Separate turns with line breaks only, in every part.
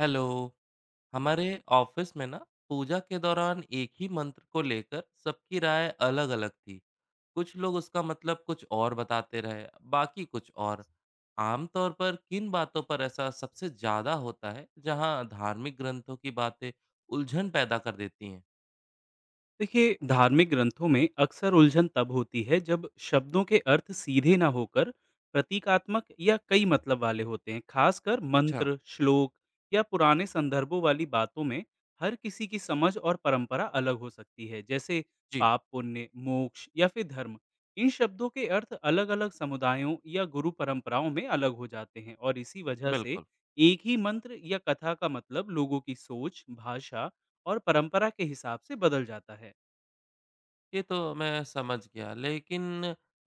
Hello. हमारे office में ना, पूजा के दौरान एक ही मंत्र को लेकर सबकी राय अलग-अलग थी। कुछ लोग उसका मतलब कुछ और बताते रहे, बाकी कुछ और। आमतौर पर किन बातों पर ऐसा सबसे ज्यादा होता है जहां धार्मिक ग्रंथों की बातें उलझन पैदा कर देती हैं?
देखिए, धार्मिक ग्रंथों में अक्सर उलझन तब होती है जब शब्दों के अर्थ सीधे ना होकर प्रतीकात्मक या कई मतलब वाले होते हैं। खासकर
अच्छा।
मंत्र, श्लोक या पुराने संदर्भों वाली बातों में हर किसी की समझ और परंपरा अलग हो सकती है। जैसे
जी।
पाप, पुण्य, मोक्ष या फिर धर्म, इन शब्दों के अर्थ अलग अलग समुदायों या गुरु परंपराओं में अलग हो जाते हैं। और इसी वजह से
बिल्कुल।
एक ही मंत्र या कथा का मतलब लोगों की सोच, भाषा और परंपरा के हिसाब से बदल जाता है।
ये तो मैं समझ गया, लेकिन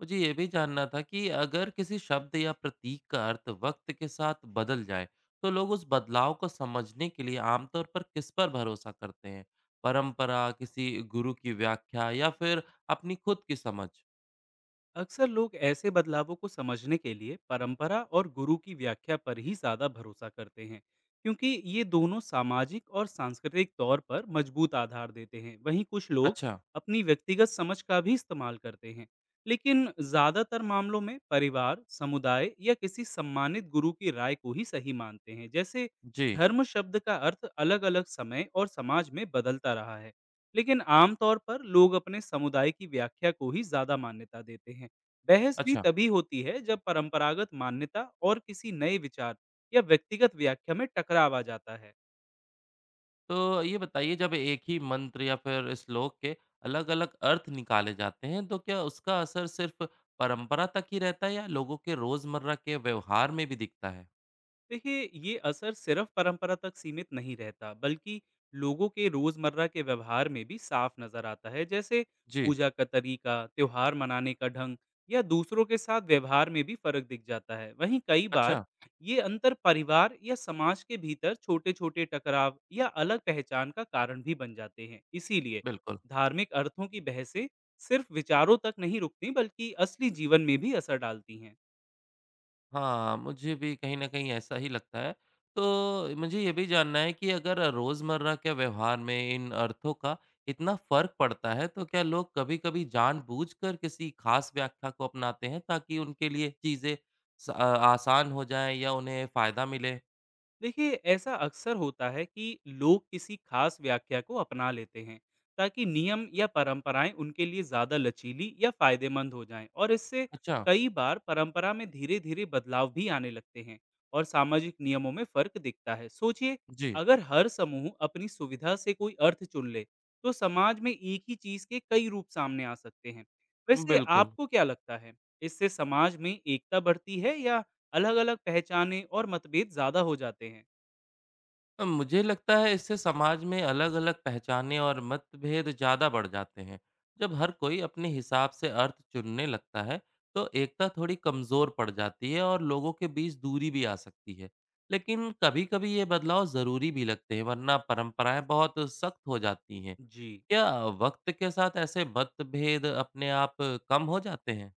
मुझे ये भी जानना था कि अगर किसी शब्द या प्रतीक का अर्थ वक़्त के साथ बदल जाए, तो लोग उस बदलाव को समझने के लिए आमतौर पर किस पर भरोसा करते हैं? परंपरा, किसी गुरु की व्याख्या, या फिर अपनी खुद की समझ?
अक्सर लोग ऐसे बदलावों को समझने के लिए परंपरा और गुरु की व्याख्या पर ही ज्यादा भरोसा करते हैं, क्योंकि ये दोनों सामाजिक और सांस्कृतिक तौर पर मजबूत आधार देते हैं। वहीं कुछ लोग
अच्छा।
अपनी व्यक्तिगत समझ का भी इस्तेमाल करते हैं, लेकिन ज्यादातर मामलों में परिवार, समुदाय या किसी सम्मानित गुरु की राय को ही सही मानते हैं। जैसे
जी।
धर्म शब्द का अर्थ अलग-अलग समय और समाज में बदलता रहा है, लेकिन आमतौर पर लोग अपने समुदाय की व्याख्या को ही ज्यादा मान्यता देते हैं। बहस भी
अच्छा।
तभी होती है जब परंपरागत मान्यता और किसी नए विचार या व्यक्तिगत व्याख्या में टकराव आ जाता है।
तो ये बताइए, जब एक ही मंत्र या फिर श्लोक के अलग-अलग अर्थ निकाले जाते हैं, तो क्या उसका असर सिर्फ़ परंपरा तक ही रहता है या लोगों के रोज़मर्रा के व्यवहार में भी दिखता है?
देखिए, ये असर सिर्फ परंपरा तक सीमित नहीं रहता, बल्कि लोगों के रोजमर्रा के व्यवहार में भी साफ नजर आता है। जैसे
जी।
पूजा का तरीका, त्योहार मनाने का ढंग या दूसरों के साथ व्यवहार में भी फर्क दिख जाता है। वहीं कई बार
अच्छा।
ये अंतर परिवार या समाज के भीतर छोटे-छोटे टकराव या अलग पहचान का कारण भी बन जाते हैं। इसीलिए
बिल्कुल।
धार्मिक अर्थों की बहसें सिर्फ विचारों तक नहीं रुकती, बल्कि असली जीवन में भी असर डालती हैं।
हाँ, मुझे भी कहीं न कहीं ऐसा ही लगता है। तो मुझे ये भी जानना है कि अगर रोज़मर्रा के व्यवहार में इन अर्थों का इतना फ़र्क पड़ता है, तो क्या लोग कभी-कभी जानबूझकर किसी ख़ास व्याख्या को अपनाते हैं ताकि उनके लिए चीज़ें आसान हो जाएँ या उन्हें फ़ायदा मिले?
देखिए, ऐसा अक्सर होता है कि लोग किसी खास व्याख्या को अपना लेते हैं ताकि नियम या परंपराएं उनके लिए ज्यादा लचीली या फायदेमंद हो जाएं। और इससे
अच्छा।
कई बार परंपरा में धीरे धीरे बदलाव भी आने लगते हैं और सामाजिक नियमों में फर्क दिखता है। सोचिए,
जी।
अगर हर समूह अपनी सुविधा से कोई अर्थ चुन ले तो समाज में एक ही चीज के कई रूप सामने आ सकते हैं। वैसे
बिल्कुल।
आपको क्या लगता है, इससे समाज में एकता बढ़ती है या अलग-अलग पहचाने और मतभेद ज़्यादा हो जाते हैं।
मुझे लगता है इससे समाज में अलग-अलग पहचाने और मतभेद ज़्यादा बढ़ जाते हैं। जब हर कोई अपने हिसाब से अर्थ चुनने लगता है, तो एकता थोड़ी कमज़ोर पड़ जाती है और लोगों के बीच दूरी भी आ सकती है। लेकिन कभी-कभी ये बदलाव ज़रूरी भी लगते हैं, वरना परंपराएं बहुत सख्त हो जाती हैं।
जी।
क्या वक्त के साथ ऐसे मतभेद अपने आप कम हो जाते हैं?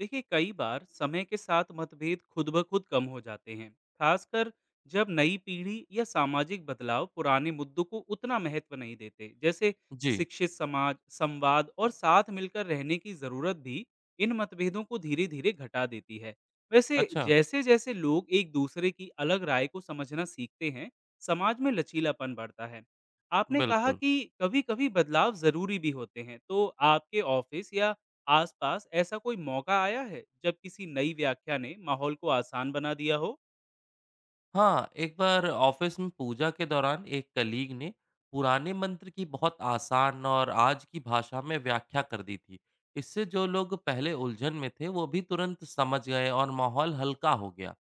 देखिए, कई बार समय के साथ मतभेद खुद ब खुद कम हो जाते हैं, खासकर जब नई पीढ़ी या सामाजिक बदलाव पुराने मुद्दों को उतना महत्व नहीं देते। जैसे
जी।
शिक्षित समाज, संवाद और साथ मिलकर रहने की जरूरत भी इन मतभेदों को धीरे धीरे घटा देती है। वैसे
अच्छा।
जैसे जैसे लोग एक दूसरे की अलग राय को समझना सीखते हैं, समाज में लचीलापन बढ़ता है। आपने कहा
बिल्कुल।
कि कभी कभी बदलाव जरूरी भी होते हैं, तो आपके ऑफिस या आसपास ऐसा कोई मौका आया है जब किसी नई व्याख्या ने माहौल को आसान बना दिया हो?
हाँ, एक बार ऑफिस में पूजा के दौरान एक कलीग ने पुराने मंत्र की बहुत आसान और आज की भाषा में व्याख्या कर दी थी। इससे जो लोग पहले उलझन में थे, वो भी तुरंत समझ गए और माहौल हल्का हो गया।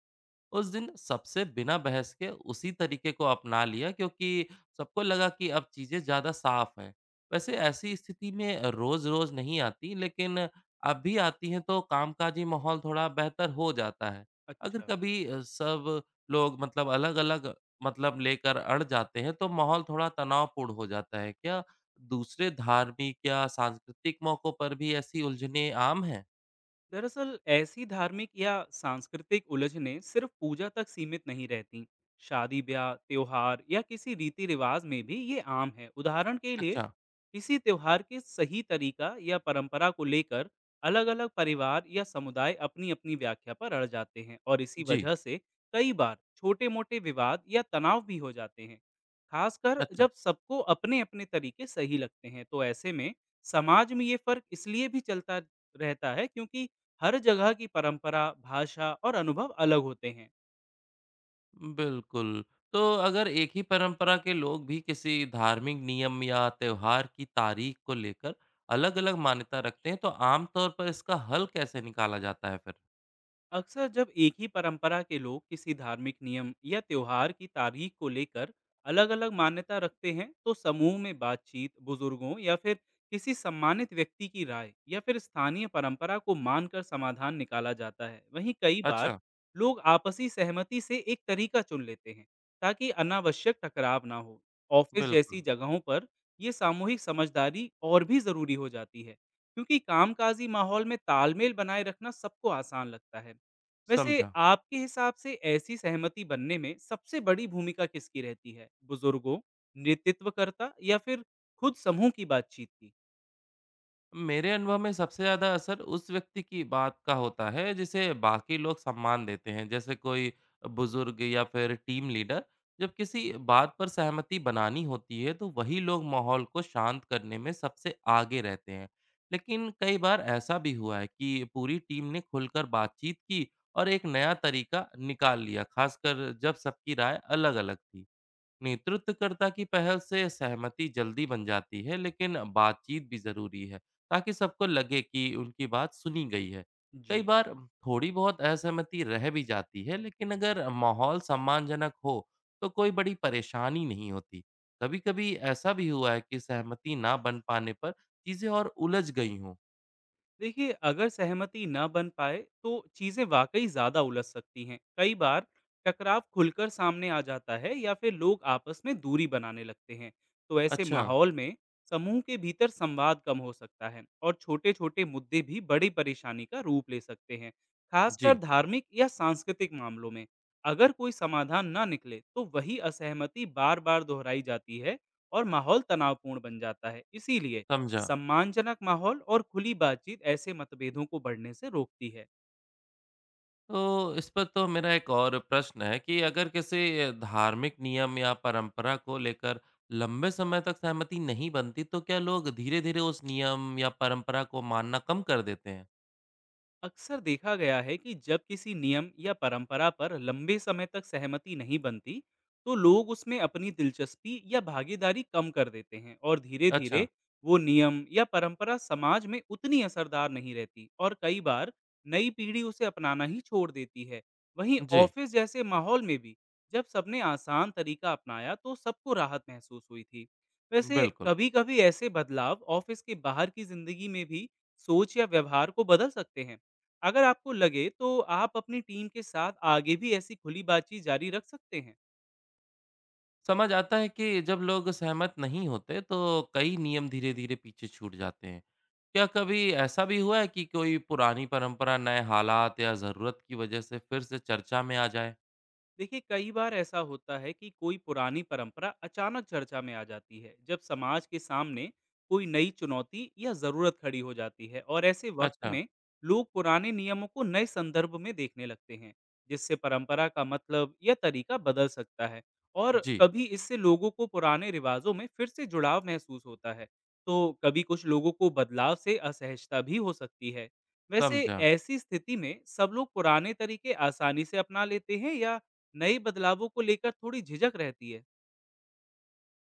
उस दिन सबसे बिना बहस के उसी तरीके को अपना लिया, क्योंकि सबको लगा कि अब चीज़ें ज़्यादा साफ हैं। वैसे ऐसी स्थिति में रोज़-रोज़ नहीं आती, लेकिन अब भी आती हैं तो कामकाजी माहौल थोड़ा बेहतर हो जाता है। अगर
अच्छा,
कभी सब लोग मतलब अलग-अलग मतलब लेकर अड़ जाते हैं तो माहौल थोड़ा तनावपूर्ण हो जाता है। क्या दूसरे धार्मिक या सांस्कृतिक मौकों पर भी ऐसी उलझनें आम हैं?
दरअसल ऐसी धार्मिक या सांस्कृतिक उलझनें सिर्फ पूजा तक सीमित नहीं रहती। शादी ब्याह, त्योहार या किसी रीति रिवाज में भी ये आम है। उदाहरण के लिए
अच्छा।
किसी त्योहार के सही तरीका या परंपरा को लेकर अलग अलग परिवार या समुदाय अपनी अपनी व्याख्या पर अड़ जाते हैं और इसी
जी।
वजह से कई बार छोटे मोटे विवाद या तनाव भी हो जाते हैं। खासकर
अच्छा।
जब सबको अपने अपने तरीके सही लगते हैं, तो ऐसे में समाज में ये फर्क इसलिए भी चलता रहता है क्योंकि हर जगह की परंपरा, भाषा और अनुभव अलग होते हैं।
बिल्कुल। तो अगर एक ही परंपरा के लोग भी किसी धार्मिक नियम या त्योहार की तारीख को लेकर अलग-अलग मान्यता रखते हैं, तो आम तौर पर इसका हल कैसे निकाला जाता है फिर?
अक्सर जब एक ही परंपरा के लोग किसी धार्मिक नियम या त्योहार की तारीख को लेकर अलग-अलग मान्यता रखते हैं, तो समूह में बातचीत, बुजुर्गों या फिर किसी सम्मानित व्यक्ति की राय या फिर स्थानीय परंपरा को मानकर समाधान निकाला जाता है। वहीं कई बार
अच्छा।
लोग आपसी सहमति से एक तरीका चुन लेते हैं, ताकि अनावश्यक टकराव ना हो। ऑफिस जैसी
बिल्कुल।
जगहों पर ये सामूहिक समझदारी और भी ज़रूरी हो जाती है, क्योंकि कामकाजी माहौल में तालमेल बनाए रखना सबको आसान लगता है। वैसे
समझा।
आपके हिसाब से ऐसी सहमति बनने में सबसे बड़ी भूमिका किसकी रहती है? बुजुर्गों, नेतृत्वकर्ता या फिर खुद समूह की बातचीत की?
मेरे अनुभव में सबसे ज़्यादा असर उस व्यक्ति की बात का होता है जिसे बाकी लोग सम्मान देते हैं, जैसे कोई बुजुर्ग या फिर टीम लीडर। जब किसी बात पर सहमति बनानी होती है तो वही लोग माहौल को शांत करने में सबसे आगे रहते हैं। लेकिन कई बार ऐसा भी हुआ है कि पूरी टीम ने खुलकर बातचीत की और एक नया तरीका निकाल लिया, खासकर जब सबकी राय अलग-अलग थी। नेतृत्वकर्ता की पहल से सहमति जल्दी बन जाती है, लेकिन बातचीत भी जरूरी है ताकि सबको लगे कि उनकी बात सुनी गई है। कई
जी।
बार थोड़ी बहुत असहमति रह भी जाती है, लेकिन अगर माहौल सम्मानजनक हो तो कोई बड़ी परेशानी नहीं होती। कभी कभी ऐसा भी हुआ है कि सहमति ना बन पाने पर चीजें और उलझ गई हों।
देखिए, अगर सहमति न बन पाए तो चीजें वाकई ज्यादा उलझ सकती हैं। कई बार टकराव खुलकर सामने आ जाता है या फिर लोग आपस में दूरी बनाने लगते हैं। तो ऐसे
अच्छा।
माहौल में समूह के भीतर संवाद कम हो सकता है और छोटे छोटे मुद्दे भी बड़ी परेशानी का रूप ले सकते हैं। खासकर
जी।
धार्मिक या सांस्कृतिक मामलों में अगर कोई समाधान न निकले तो वही असहमति बार बार दोहराई जाती है और माहौल तनावपूर्ण बन जाता है। इसीलिए
समझा।
सम्मानजनक माहौल और खुली बातचीत ऐसे मतभेदों को बढ़ने से रोकती है।
तो इस पर तो मेरा एक और प्रश्न है कि अगर किसी धार्मिक नियम या परंपरा को लेकर लंबे समय तक सहमति नहीं बनती, तो क्या लोग धीरे-धीरे उस नियम या परंपरा को मानना कम कर देते हैं?
अक्सर देखा गया है कि जब किसी नियम या परंपरा पर लंबे समय तक सहमति नहीं बनती, तो लोग उसमें अपनी दिलचस्पी या भागीदारी कम कर देते हैं और
अच्छा।
धीरे-धीरे वो नियम या परंपरा समाज में उतनी असरदार नहीं रहती और कई बार नई पीढ़ी उसे अपनाना ही छोड़ देती है। वहीं
जी।
ऑफिस जैसे माहौल में भी जब सबने आसान तरीका अपनाया तो सबको राहत महसूस हुई थी। वैसे
बिल्कुल।
कभी-कभी ऐसे बदलाव ऑफिस के बाहर की जिंदगी में भी सोच या व्यवहार को बदल सकते हैं। अगर आपको लगे तो आप अपनी टीम के साथ आगे भी ऐसी खुली बातचीत जारी रख सकते हैं।
समझ आता है कि जब लोग सहमत नहीं होते, तो कई नियम धीरे-धीरे पीछे छूट जाते हैं। क्या कभी ऐसा भी हुआ है कि कोई पुरानी परंपरा नए हालात या ज़रूरत की वजह से फिर से चर्चा में आ जाए?
देखिए, कई बार ऐसा होता है कि कोई पुरानी परंपरा अचानक चर्चा में आ जाती है जब समाज के सामने कोई नई चुनौती या जरूरत खड़ी हो जाती है। और ऐसे वक्त
अच्छा।
में लोग पुराने नियमों को नए संदर्भ में देखने लगते हैं, जिससे परंपरा का मतलब या तरीका बदल सकता है और
जी।
कभी इससे लोगों को पुराने रिवाजों में फिर से जुड़ाव महसूस होता है। तो कभी कुछ लोगों को बदलाव से असहजता भी हो सकती है। वैसे
समझा।
ऐसी स्थिति में सब लोग पुराने तरीके आसानी से अपना लेते हैं या नए बदलावों को लेकर थोड़ी झिझक रहती है।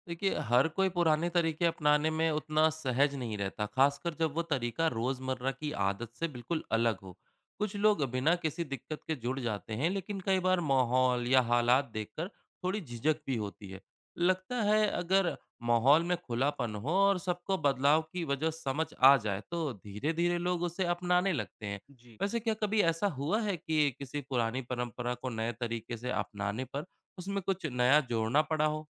देखिए, हर कोई पुराने तरीके अपनाने में उतना सहज नहीं रहता, खासकर जब वो तरीका रोज़मर्रा की आदत से बिल्कुल अलग हो। कुछ लोग बिना किसी दिक्कत के जुड़ जाते हैं, लेकिन कई बार माहौल या हालात देखकर थोड़ी झिझक भी होती है। लगता है अगर माहौल में खुलापन हो और सबको बदलाव की वजह समझ आ जाए, तो धीरे-धीरे लोग उसे अपनाने लगते हैं।
जी।
वैसे क्या कभी ऐसा हुआ है कि किसी पुरानी परंपरा को नए तरीके से अपनाने पर उसमें कुछ नया जोड़ना पड़ा हो?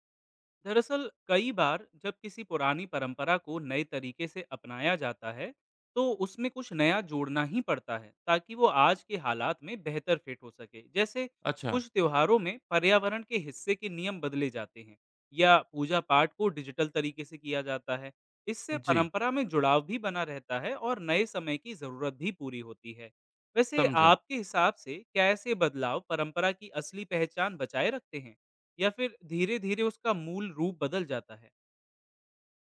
दरअसल कई बार जब किसी पुरानी परंपरा को नए तरीके से अपनाया जाता है तो उसमें कुछ नया जोड़ना ही पड़ता है ताकि वो आज के हालात में बेहतर फिट हो सके। जैसे
अच्छा।
कुछ त्योहारों में पर्यावरण के हिस्से के नियम बदले जाते हैं या पूजा पाठ को डिजिटल तरीके से किया जाता है। इससे
जी।
परंपरा में जुड़ाव भी बना रहता है और नए समय की जरूरत भी पूरी होती है। वैसे
समझा।
आपके हिसाब से कैसे बदलाव परंपरा की असली पहचान बचाए रखते हैं या फिर धीरे-धीरे उसका मूल रूप बदल जाता है?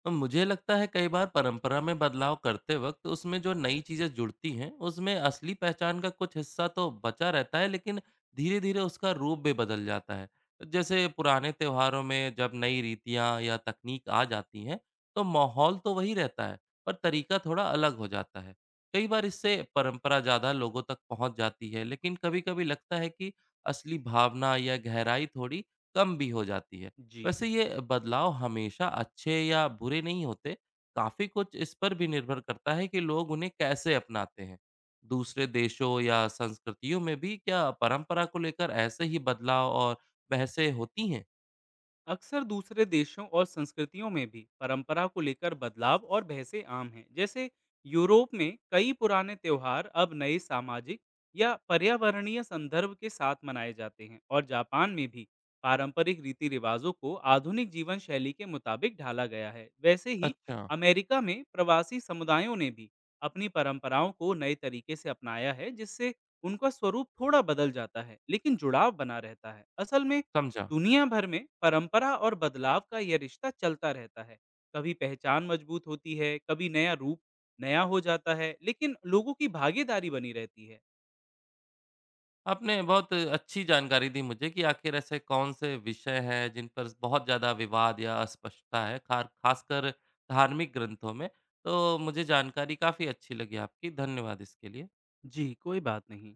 मुझे लगता है कई बार परंपरा में बदलाव करते वक़्त उसमें जो नई चीज़ें जुड़ती हैं, उसमें असली पहचान का कुछ हिस्सा तो बचा रहता है, लेकिन धीरे-धीरे उसका रूप भी बदल जाता है। जैसे पुराने त्योहारों में जब नई रीतियाँ या तकनीक आ जाती हैं, तो माहौल तो वही रहता है, पर तरीका थोड़ा अलग हो जाता है। कई बार इससे परंपरा ज़्यादा लोगों तक पहुँच जाती है, लेकिन कभी-कभी लगता है कि असली भावना या गहराई थोड़ी कम भी हो जाती है।
जी।
वैसे ये बदलाव हमेशा अच्छे या बुरे नहीं होते, काफी कुछ इस पर भी निर्भर करता है कि लोग उन्हें कैसे अपनाते हैं। दूसरे देशों या संस्कृतियों में भी क्या परंपरा को लेकर ऐसे ही बदलाव और बहसें होती हैं?
अक्सर दूसरे देशों और संस्कृतियों में भी परंपरा को लेकर बदलाव और बहसें आम हैं। जैसे यूरोप में कई पुराने त्यौहार अब नए सामाजिक या पर्यावरणीय संदर्भ के साथ मनाए जाते हैं और जापान में भी पारंपरिक रीति रिवाजों को आधुनिक जीवन शैली के मुताबिक ढाला गया है। वैसे ही
अच्छा।
अमेरिका में प्रवासी समुदायों ने भी अपनी परंपराओं को नए तरीके से अपनाया है, जिससे उनका स्वरूप थोड़ा बदल जाता है लेकिन जुड़ाव बना रहता है। असल में
समझा।
दुनिया भर में परंपरा और बदलाव का यह रिश्ता चलता रहता है। कभी पहचान मजबूत होती है, कभी नया रूप नया हो जाता है, लेकिन लोगों की भागीदारी बनी रहती है।
आपने बहुत अच्छी जानकारी दी मुझे कि आखिर ऐसे कौन से विषय हैं जिन पर बहुत ज़्यादा विवाद या अस्पष्टता है, खार खासकर धार्मिक ग्रंथों में। तो मुझे जानकारी काफ़ी अच्छी लगी आपकी। धन्यवाद इसके लिए।
जी, कोई बात नहीं।